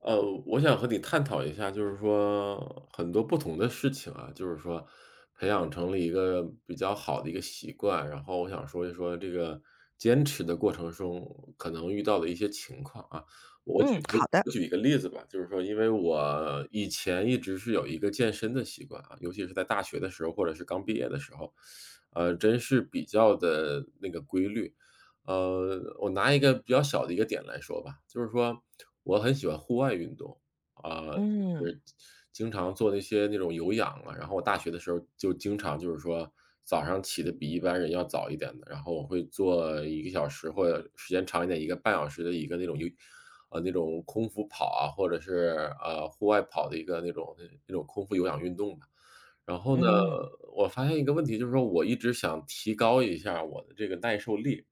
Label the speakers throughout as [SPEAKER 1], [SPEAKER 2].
[SPEAKER 1] 我想和你探讨一下，就是说很多不同的事情啊，就是说培养成了一个比较好的一个习惯，然后我想说一说这个坚持的过程中可能遇到的一些情况啊。我
[SPEAKER 2] 嗯，
[SPEAKER 1] 举我
[SPEAKER 2] 好的，
[SPEAKER 1] 我举一个例子吧，就是说，因为我以前一直是有一个健身的习惯啊，尤其是在大学的时候，或者是刚毕业的时候，真是比较的那个规律。我拿一个比较小的一个点来说吧，就是说我很喜欢户外运动，啊，就
[SPEAKER 2] 嗯
[SPEAKER 1] 是经常做那些那种有氧啊，然后我大学的时候就经常就是说早上起的比一般人要早一点的，然后我会做一个小时或者时间长一点一个半小时的一个那种有那种空腹跑啊，或者是，户外跑的一个那种那种空腹有氧运动吧。然后呢，
[SPEAKER 2] 嗯
[SPEAKER 1] 我发现一个问题，就是说我一直想提高一下我的这个耐受力。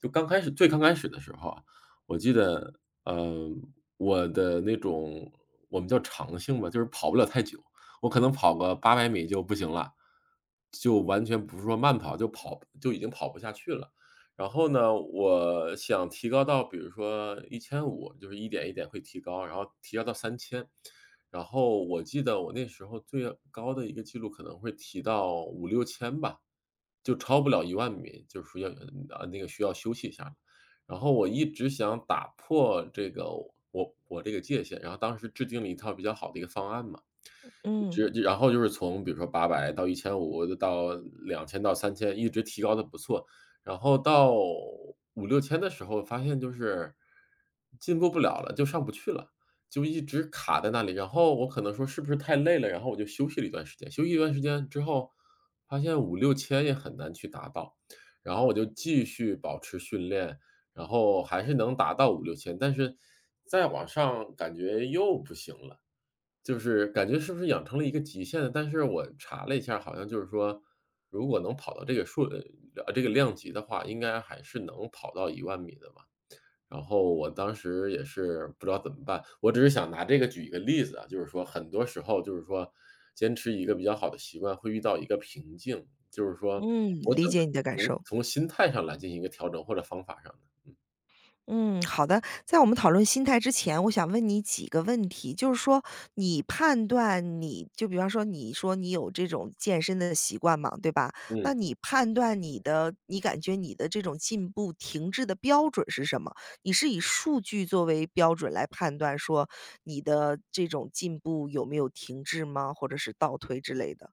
[SPEAKER 1] 就刚开始最刚开始的时候啊，我记得，嗯，我的那种我们叫长性吧，就是跑不了太久，我可能跑个800米就不行了，就完全不是说慢跑，就跑就已经跑不下去了。然后呢，我想提高到比如说一千五，就是一点一点会提高，然后提高到三千。然后我记得我那时候最高的一个记录可能会提到五六千吧，就超不了一万米，就是说要那个需要休息一下了。然后我一直想打破这个我这个界限，然后当时制定了一套比较好的一个方案嘛，
[SPEAKER 2] 嗯
[SPEAKER 1] 就然后就是从比如说八百到一千五到2000到三千一直提高的不错，然后到五六千的时候发现就是进步不了了，就上不去了，就一直卡在那里。然后我可能说是不是太累了，然后我就休息了一段时间，休息一段时间之后，发现五六千也很难去达到，然后我就继续保持训练，然后还是能达到五六千，但是再往上感觉又不行了。就是感觉是不是养成了一个极限呢，但是我查了一下，好像就是说，如果能跑到这个数这个量级的话，应该还是能跑到一万米的吧。然后我当时也是不知道怎么办，我只是想拿这个举一个例子啊，就是说很多时候就是说坚持一个比较好的习惯会遇到一个瓶颈，就是说
[SPEAKER 2] 嗯，
[SPEAKER 1] 我
[SPEAKER 2] 理
[SPEAKER 1] 怎么
[SPEAKER 2] 解你的感
[SPEAKER 1] 从
[SPEAKER 2] 受。
[SPEAKER 1] 从心态上来进行一个调整或者方法上的，嗯。
[SPEAKER 2] 嗯，好的。在我们讨论心态之前，我想问你几个问题，就是说你判断你就比方说你说你有这种健身的习惯嘛，对吧？那
[SPEAKER 1] 嗯。
[SPEAKER 2] 你感觉你的这种进步停滞的标准是什么？你是以数据作为标准来判断说你的这种进步有没有停滞吗？或者是倒退之类的？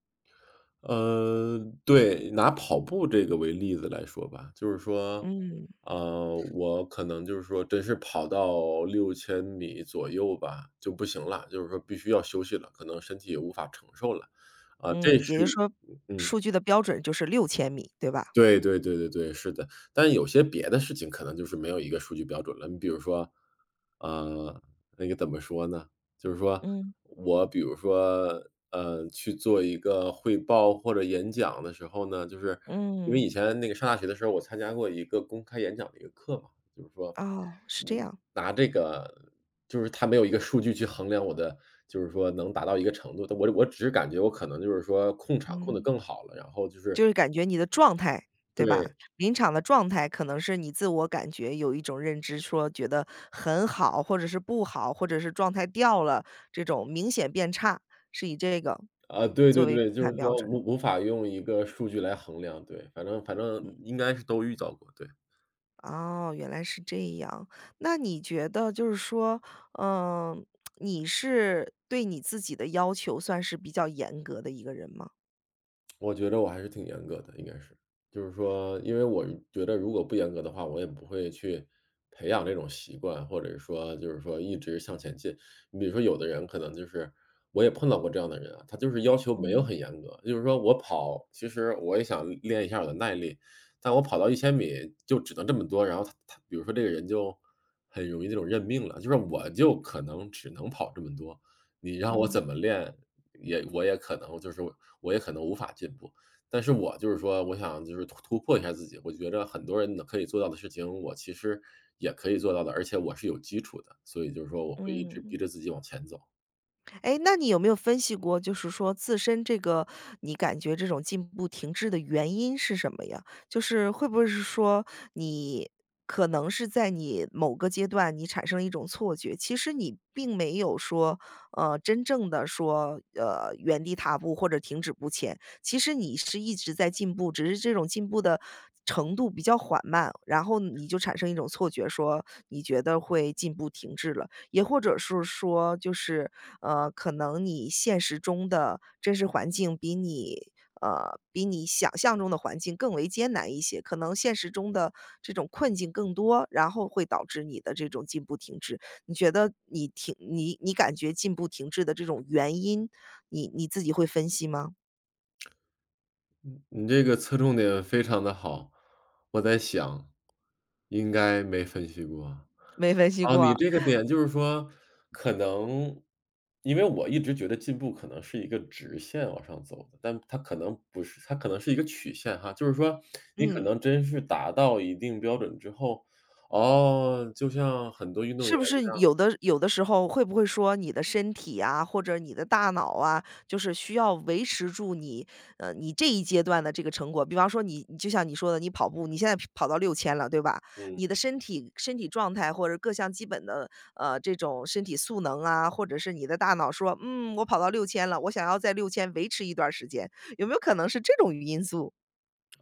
[SPEAKER 1] 对，拿跑步这个为例子来说吧，就是说，
[SPEAKER 2] 嗯。
[SPEAKER 1] 我可能就是说，真是跑到6000米左右吧，就不行了，就是说必须要休息了，可能身体也无法承受了，啊，这
[SPEAKER 2] 嗯，
[SPEAKER 1] 是
[SPEAKER 2] 也就是说
[SPEAKER 1] 嗯。
[SPEAKER 2] 数据的标准就是6000米，对吧？
[SPEAKER 1] 对对对对对，是的。但有些别的事情可能就是没有一个数据标准了。你比如说，呃，那个怎么说呢？就是说
[SPEAKER 2] 嗯，
[SPEAKER 1] 我比如说，去做一个汇报或者演讲的时候呢，就是因为以
[SPEAKER 2] 嗯。
[SPEAKER 1] 前那个上大学的时候，我参加过一个公开演讲的一个课嘛，就是说
[SPEAKER 2] 哦，是这样，
[SPEAKER 1] 拿这个就是它没有一个数据去衡量我的，就是说能达到一个程度。但我只是感觉我可能就是说控场控得
[SPEAKER 2] 嗯，
[SPEAKER 1] 更好了，然后就是
[SPEAKER 2] 就是感觉你的状态，对吧？
[SPEAKER 1] 对。
[SPEAKER 2] 临场的状态可能是你自我感觉有一种认知说觉得很好，或者是不好，或者是状态掉了，这种明显变差，是以这个
[SPEAKER 1] 啊，对
[SPEAKER 2] 作
[SPEAKER 1] 对
[SPEAKER 2] 为评
[SPEAKER 1] 对，就
[SPEAKER 2] 判
[SPEAKER 1] 是
[SPEAKER 2] 标
[SPEAKER 1] 说
[SPEAKER 2] 准。
[SPEAKER 1] 无法用一个数据来衡量，对，反正应该是都遇到过，对。
[SPEAKER 2] 哦，原来是这样。那你觉得就是说，嗯，你是对你自己的要求算是比较严格的一个人吗？
[SPEAKER 1] 我觉得我还是挺严格的，应该是。就是说，因为我觉得如果不严格的话，我也不会去培养这种习惯，或者说就是说一直向前进。你比如说有的人可能就是我也碰到过这样的人啊，他就是要求没有
[SPEAKER 2] 嗯
[SPEAKER 1] 很严格，就是说我跑，其实我也想练一下我的耐力，但我跑到1000米就只能这么多，然后他比如说这个人就很容易那种认命了，就是我就可能只能跑这么多，你让我怎么
[SPEAKER 2] 嗯。
[SPEAKER 1] 练也我也可能就是我也可能无法进步。但是我就是说，我想就是突破一下自己，我觉得很多人能可以做到的事情，我其实也可以做到的，而且我是有基础的，所以就是说我会一直逼
[SPEAKER 2] 嗯。
[SPEAKER 1] 着自己往前走。
[SPEAKER 2] 哎，那你有没有分析过，就是说自身这个你感觉这种进步停滞的原因是什么呀？就是会不会是说你可能是在你某个阶段你产生了一种错觉，其实你并没有说，真正的说，原地踏步或者停止不前，其实你是一直在进步，只是这种进步的程度比较缓慢，然后你就产生一种错觉说，你觉得会进步停滞了，也或者是说就是，可能你现实中的真实环境比你想象中的环境更为艰难一些，可能现实中的这种困境更多，然后会导致你的这种进步停滞。你觉得你停你你感觉进步停滞的这种原因，你自己会分析吗？
[SPEAKER 1] 你这个侧重点非常的好，我在想，应该没分析过。
[SPEAKER 2] 没分析
[SPEAKER 1] 啊，你
[SPEAKER 2] 过，
[SPEAKER 1] 这个点就是说，可能因为我一直觉得进步可能是一个直线往上走的，但它可能不是，它可能是一个曲线哈。就是说，你可
[SPEAKER 2] 嗯，
[SPEAKER 1] 能真是达到一定标准之后，哦，就像很多运动
[SPEAKER 2] 是
[SPEAKER 1] 员
[SPEAKER 2] 不是有的时候会不会说你的身体啊，或者你的大脑啊，就是需要维持住你，你这一阶段的这个成果。比方说你就像你说的，你跑步，你现在跑到六千了，对吧？
[SPEAKER 1] 嗯，
[SPEAKER 2] 你的身体状态或者各项基本的，这种身体素能啊，或者是你的大脑说：“嗯，我跑到六千了，我想要在六千维持一段时间。”有没有可能是这种因素？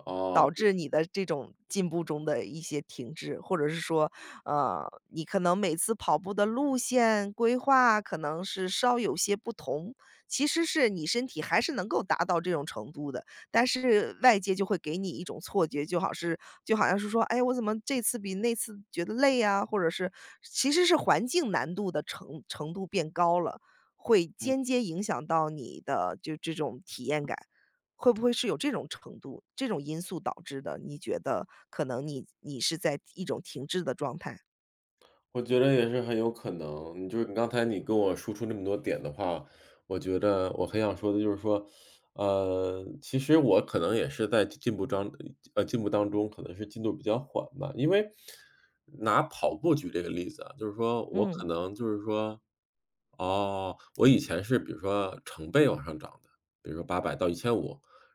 [SPEAKER 1] 哦。
[SPEAKER 2] 导致你的这种进步中的一些停滞，或者是说，你可能每次跑步的路线规划可能是稍有些不同，其实是你身体还是能够达到这种程度的，但是外界就会给你一种错觉，就好像是说，哎，我怎么这次比那次觉得累啊，或者是其实是环境难度的程度变高了，会
[SPEAKER 1] 嗯。
[SPEAKER 2] 间接影响到你的就这种体验感。会不会是有这种程度、这种因素导致的？你觉得可能你是在一种停滞的状态？
[SPEAKER 1] 我觉得也是很有可能，你就是你刚才你跟我输出那么多点的话，我觉得我很想说的就是说，其实我可能也是在进步当进步当中可能是进度比较缓吧。因为拿跑步举这个例子啊，就是说我
[SPEAKER 2] 嗯
[SPEAKER 1] 可能就是说，哦，我以前是比如说成倍往上涨的，比如说八百到一千五，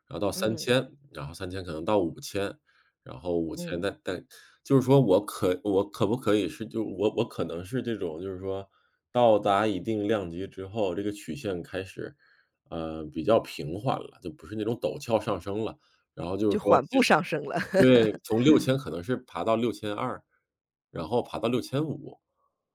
[SPEAKER 1] 然后到三
[SPEAKER 2] 嗯
[SPEAKER 1] 千，然后三千可能到五千。然后五千
[SPEAKER 2] 嗯，
[SPEAKER 1] 0 0但就是说我可我可不可以是就我我可能是这种，就是说到达一定量级之后，这个曲线开始，比较平缓了，就不是那种陡峭上升了。然后就是
[SPEAKER 2] 就
[SPEAKER 1] 说
[SPEAKER 2] 缓
[SPEAKER 1] 其
[SPEAKER 2] 步
[SPEAKER 1] 实
[SPEAKER 2] 上升了。
[SPEAKER 1] 对，从六千可能是爬到6200，然后爬到6500。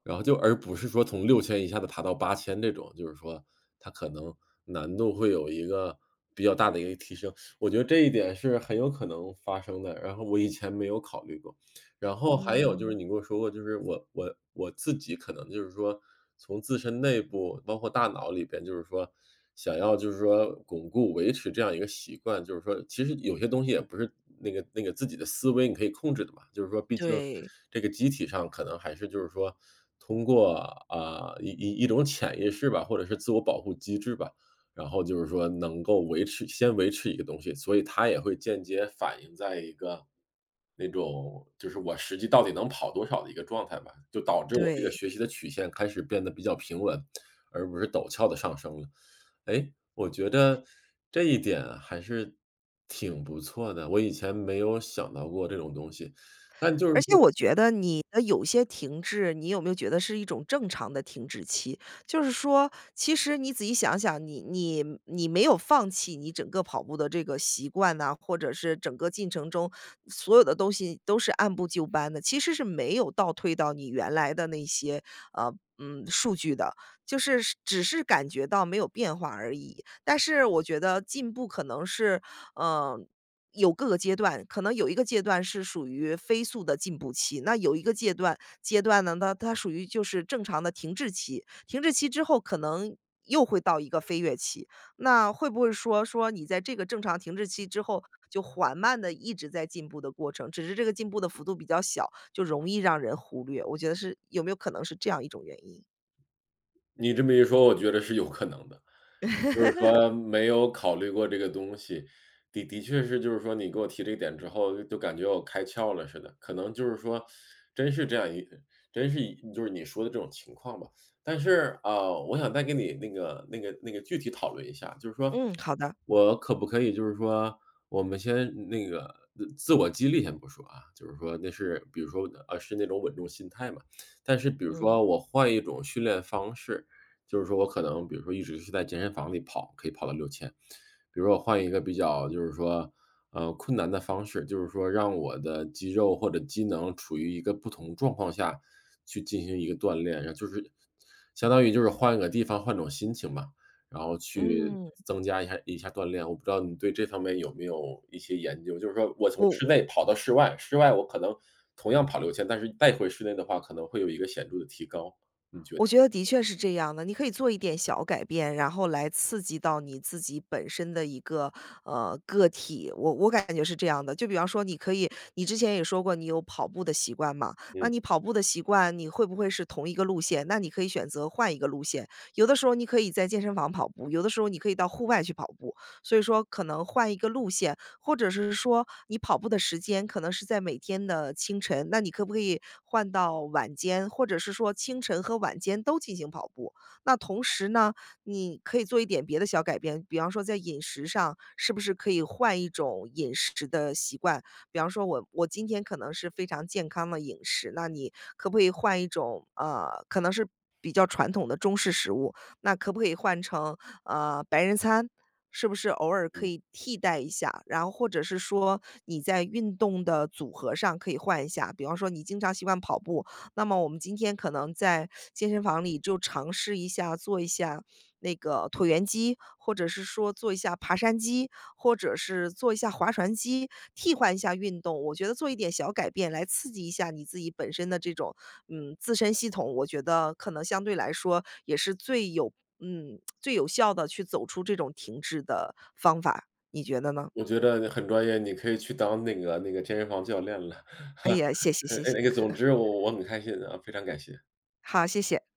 [SPEAKER 1] 然后就而不是说从六千0一下子爬到8000这种，就是说它可能难度会有一个比较大的一个提升，我觉得这一点是很有可能发生的，然后我以前没有考虑过。然后还有就是
[SPEAKER 2] 嗯，
[SPEAKER 1] 你跟我说过，就是我自己可能就是说，从自身内部，包括大脑里边，就是说想要就是说巩固维持这样一个习惯，就是说其实有些东西也不是那个自己的思维你可以控制的嘛，就是说毕竟
[SPEAKER 2] 对
[SPEAKER 1] 这个机体上可能还是就是说通过啊、一种潜意识吧，或者是自我保护机制吧，然后就是说能够维持一个东西，所以它也会间接反映在一个。那种就是我实际到底能跑多少的一个状态吧，就导致我这个
[SPEAKER 2] 对。
[SPEAKER 1] 学习的曲线开始变得比较平稳，而不是陡峭的上升了。哎，我觉得这一点啊还是挺不错的，我以前没有想到过这种东西，但就是
[SPEAKER 2] 而且
[SPEAKER 1] 说
[SPEAKER 2] 我觉得你的有些停滞，你有没有觉得是一种正常的停滞期？就是说，其实你仔细想想，你没有放弃你整个跑步的这个习惯呐、或者是整个进程中所有的东西都是按部就班的，其实是没有倒退到你原来的那些数据的，就是只是感觉到没有变化而已。但是我觉得进步可能是，嗯、有各个阶段，可能有一个阶段是属于飞速的进步期，那有一个阶段呢，它属于就是正常的停滞期，停滞期之后可能又会到一个飞跃期。那会不会说你在这个正常停滞期之后，就缓慢的一直在进步的过程，只是这个进步的幅度比较小，就容易让人忽略，我觉得是有没有可能是这样一种原因？
[SPEAKER 1] 你这么一说，我觉得是有可能的。就是说没有考虑过这个东西，的的确是就是说你给我提这个点之后，就感觉我开窍了似的。可能就是说真是这样一真是一就是你说的这种情况吧。但是，啊，我想再跟你那个具体讨论一下，就是说
[SPEAKER 2] 嗯，好的，
[SPEAKER 1] 我可不可以就是说我们先那个自我激励先不说啊，就是说那是比如说，是那种稳重心态嘛。但是比如
[SPEAKER 2] 嗯，
[SPEAKER 1] 说我换一种训练方式，就是说我可能比如说一直是在健身房里跑，可以跑到六千。比如说我换一个比较就是说，困难的方式，就是说让我的肌肉或者机能处于一个不同状况下去进行一个锻炼，然后就是相当于就是换个地方、换种心情吧，然后嗯去
[SPEAKER 2] 嗯，
[SPEAKER 1] 增加一下锻炼。我不知道你对这方面有没有一些研究，就是说我从
[SPEAKER 2] 不。
[SPEAKER 1] 室内跑到室外，室外我可能同样跑六千，但是带回室内的话，可能会有一个显著的提高，你觉得？
[SPEAKER 2] 我觉得的确是这样的，你可以做一点小改变，然后来刺激到你自己本身的一个个体。我感觉是这样的，就比方说，你可以，你之前也说过你有跑步的习惯嘛，
[SPEAKER 1] 嗯
[SPEAKER 2] 那
[SPEAKER 1] 嗯。
[SPEAKER 2] 你跑步的习惯，你会不会是同一个路线？那你可以选择换一个路线。有的时候你可以在健身房跑步，有的时候你可以到户外去跑步。所以说，可能换一个路线，或者是说你跑步的时间可能是在每天的清晨，那你可不可以换到晚间，或者是说清晨和晚间都进行跑步？那同时呢，你可以做一点别的小改变，比方说在饮食上，是不是可以换一种饮食的习惯？比方说我今天可能是非常健康的饮食，那你可不可以换一种可能是比较传统的中式食物，那可不可以换成白人餐？是不是偶尔可以替代一下？然后或者是说你在运动的组合上可以换一下，比方说你经常习惯跑步，那么我们今天可能在健身房里就尝试一下做一下那个椭圆机，或者是说做一下爬山机，或者是做一下划船机，替换一下运动。我觉得做一点小改变来刺激一下你自己本身的这种，自身系统，我觉得可能相对来说也是最有效的去走出这种停滞的方法，你觉得呢？
[SPEAKER 1] 我觉得你很专业，你可以去当那个健身房教练了。
[SPEAKER 2] 哎呀，谢谢谢 谢，
[SPEAKER 1] 那个总之我很开心啊，非常感谢。
[SPEAKER 2] 好，谢谢。